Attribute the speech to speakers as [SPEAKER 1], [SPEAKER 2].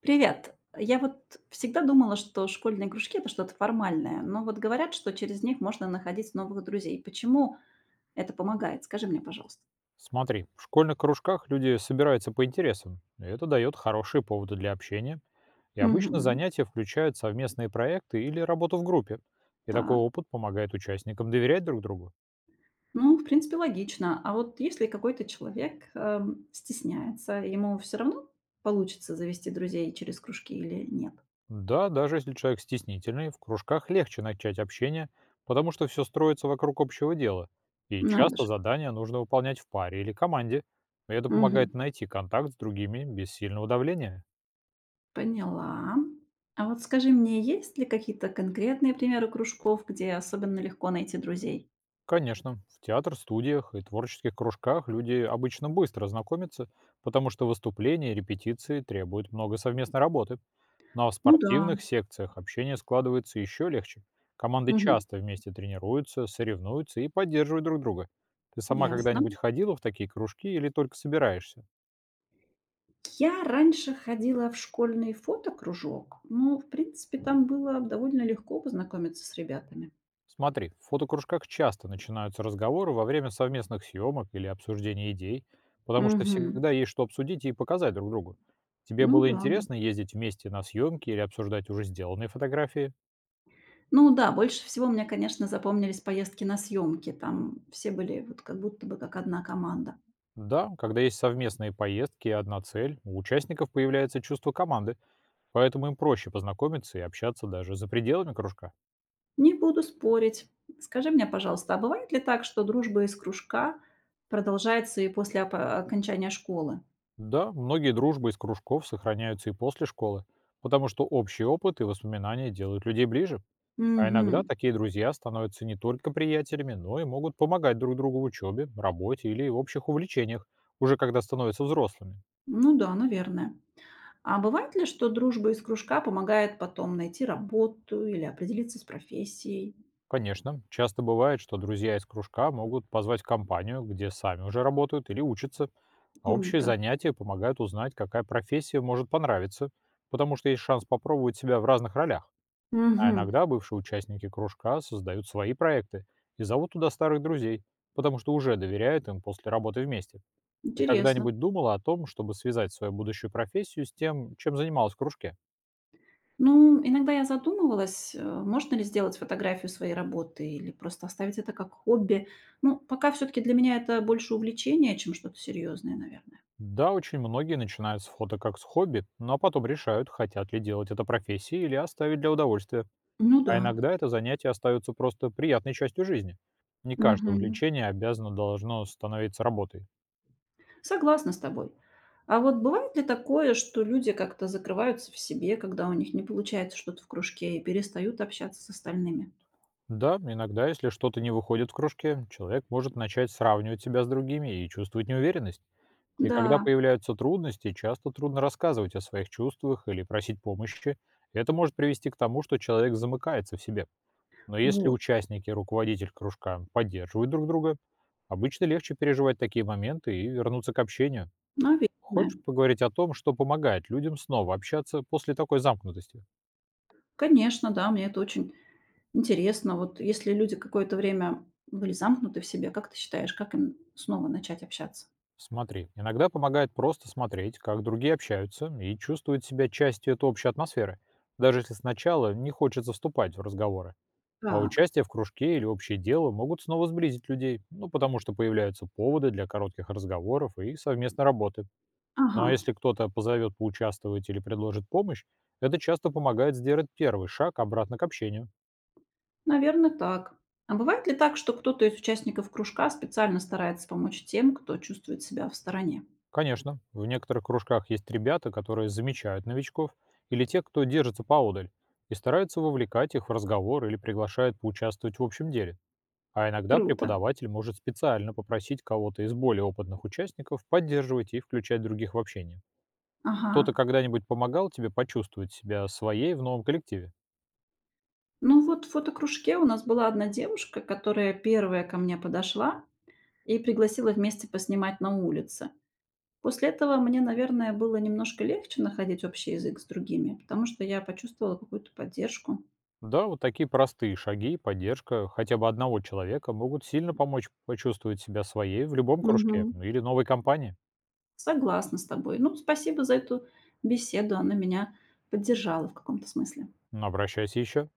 [SPEAKER 1] Привет. Я вот всегда думала, что школьные кружки это что-то формальное, но вот говорят, что через них можно находить новых друзей. Почему это помогает? Скажи мне, пожалуйста.
[SPEAKER 2] Смотри, в школьных кружках люди собираются по интересам, и это дает хорошие поводы для общения. И обычно
[SPEAKER 1] Мгм.
[SPEAKER 2] занятия включают совместные проекты или работу в группе. И такой
[SPEAKER 1] Так.
[SPEAKER 2] опыт помогает участникам доверять друг другу.
[SPEAKER 1] Ну, в принципе, логично. А вот если какой-то человек стесняется, ему все равно получится завести друзей через кружки или нет?
[SPEAKER 2] Да, даже если человек стеснительный, в кружках легче начать общение, потому что все строится вокруг общего дела. И
[SPEAKER 1] Надо
[SPEAKER 2] часто
[SPEAKER 1] же.
[SPEAKER 2] задания нужно выполнять в паре или команде. И это
[SPEAKER 1] Мгм.
[SPEAKER 2] помогает найти контакт с другими без сильного давления.
[SPEAKER 1] Поняла. А вот скажи мне, есть ли какие-то конкретные примеры кружков, где особенно легко найти друзей?
[SPEAKER 2] Конечно, в театр, студиях и творческих кружках люди обычно быстро знакомятся, потому что выступления и репетиции требуют много совместной работы. Но в
[SPEAKER 1] Ну да.
[SPEAKER 2] спортивных секциях общение складывается еще легче. Команды
[SPEAKER 1] Мгм.
[SPEAKER 2] часто вместе тренируются, соревнуются и поддерживают друг друга. Ты сама
[SPEAKER 1] Ясно.
[SPEAKER 2] когда-нибудь ходила в такие кружки или только собираешься?
[SPEAKER 1] Я раньше ходила в школьный фотокружок, но, в принципе, там было довольно легко познакомиться с ребятами.
[SPEAKER 2] Смотри, в фотокружках часто начинаются разговоры во время совместных съемок или обсуждения идей, потому что
[SPEAKER 1] Мгм.
[SPEAKER 2] всегда есть что обсудить и показать друг другу. Тебе
[SPEAKER 1] Ну
[SPEAKER 2] было
[SPEAKER 1] да.
[SPEAKER 2] интересно ездить вместе на съемки или обсуждать уже сделанные фотографии?
[SPEAKER 1] Ну да, больше всего мне, конечно, запомнились поездки на съемки. Там все были вот как будто бы как одна команда.
[SPEAKER 2] Да, когда есть совместные поездки и одна цель, у участников появляется чувство команды, поэтому им проще познакомиться и общаться даже за пределами кружка.
[SPEAKER 1] Не буду спорить. Скажи мне, пожалуйста, а бывает ли так, что дружба из кружка продолжается и после окончания школы?
[SPEAKER 2] Да, многие дружбы из кружков сохраняются и после школы, потому что общий опыт и воспоминания делают людей ближе. А иногда
[SPEAKER 1] Мгм.
[SPEAKER 2] такие друзья становятся не только приятелями, но и могут помогать друг другу в учебе, работе или общих увлечениях, уже когда становятся взрослыми.
[SPEAKER 1] Ну да, наверное. А бывает ли, что дружба из кружка помогает потом найти работу или определиться с профессией?
[SPEAKER 2] Конечно, часто бывает, что друзья из кружка могут позвать в компанию, где сами уже работают или учатся, а общие
[SPEAKER 1] Круто.
[SPEAKER 2] занятия помогают узнать, какая профессия может понравиться, потому что есть шанс попробовать себя в разных ролях. А
[SPEAKER 1] Мгм.
[SPEAKER 2] иногда бывшие участники кружка создают свои проекты и зовут туда старых друзей, потому что уже доверяют им после работы вместе. Ты
[SPEAKER 1] Интересно.
[SPEAKER 2] когда-нибудь думала о том, чтобы связать свою будущую профессию с тем, чем занималась в кружке?
[SPEAKER 1] Ну, иногда я задумывалась, можно ли сделать фотографию своей работы или просто оставить это как хобби. Ну, пока все-таки для меня это больше увлечение, чем что-то серьезное, наверное.
[SPEAKER 2] Да, очень многие начинают с фото как с хобби, но потом решают, хотят ли делать это профессией или оставить для удовольствия.
[SPEAKER 1] Ну да.
[SPEAKER 2] А иногда это занятие остается просто приятной частью жизни. Не каждое
[SPEAKER 1] Мгм.
[SPEAKER 2] увлечение обязано должно становиться работой.
[SPEAKER 1] Согласна с тобой. А вот бывает ли такое, что люди как-то закрываются в себе, когда у них не получается что-то в кружке и перестают общаться с остальными?
[SPEAKER 2] Да, иногда, если что-то не выходит в кружке, человек может начать сравнивать себя с другими и чувствовать неуверенность. И когда
[SPEAKER 1] Да.
[SPEAKER 2] появляются трудности, часто трудно рассказывать о своих чувствах или просить помощи. Это может привести к тому, что человек замыкается в себе. Но если
[SPEAKER 1] Вот,
[SPEAKER 2] участники и руководитель кружка поддерживают друг друга, обычно легче переживать такие моменты и вернуться к общению.
[SPEAKER 1] наверное.
[SPEAKER 2] Хочешь поговорить о том, что помогает людям снова общаться после такой замкнутости?
[SPEAKER 1] Конечно, да, мне это очень интересно. Вот если люди какое-то время были замкнуты в себе, как ты считаешь, как им снова начать общаться?
[SPEAKER 2] Смотри, иногда помогает просто смотреть, как другие общаются и чувствуют себя частью этой общей атмосферы, даже если сначала не хочется вступать в разговоры. А
[SPEAKER 1] Так,
[SPEAKER 2] участие в кружке или общее дело могут снова сблизить людей, ну, потому что появляются поводы для коротких разговоров и совместной работы. Ну,
[SPEAKER 1] ага,
[SPEAKER 2] а если кто-то позовет поучаствовать или предложит помощь, это часто помогает сделать первый шаг обратно к общению.
[SPEAKER 1] наверное, так. А бывает ли так, что кто-то из участников кружка специально старается помочь тем, кто чувствует себя в стороне?
[SPEAKER 2] Конечно, в некоторых кружках есть ребята, которые замечают новичков или те, кто держится поодаль, и стараются вовлекать их в разговор или приглашают поучаствовать в общем деле. А иногда
[SPEAKER 1] Круто.
[SPEAKER 2] преподаватель может специально попросить кого-то из более опытных участников поддерживать и включать других в общение.
[SPEAKER 1] Ага.
[SPEAKER 2] Кто-то когда-нибудь помогал тебе почувствовать себя своей в новом коллективе?
[SPEAKER 1] Ну вот в фотокружке у нас была одна девушка, которая первая ко мне подошла и пригласила вместе поснимать на улице. После этого мне, наверное, было немножко легче находить общий язык с другими, потому что я почувствовала какую-то поддержку.
[SPEAKER 2] Да, вот такие простые шаги, поддержка хотя бы одного человека могут сильно помочь почувствовать себя своей в любом кружке,
[SPEAKER 1] Мгм.
[SPEAKER 2] ну, или новой компании.
[SPEAKER 1] Согласна с тобой. Ну, спасибо за эту беседу. Она меня поддержала в каком-то смысле.
[SPEAKER 2] Ну, обращайся еще.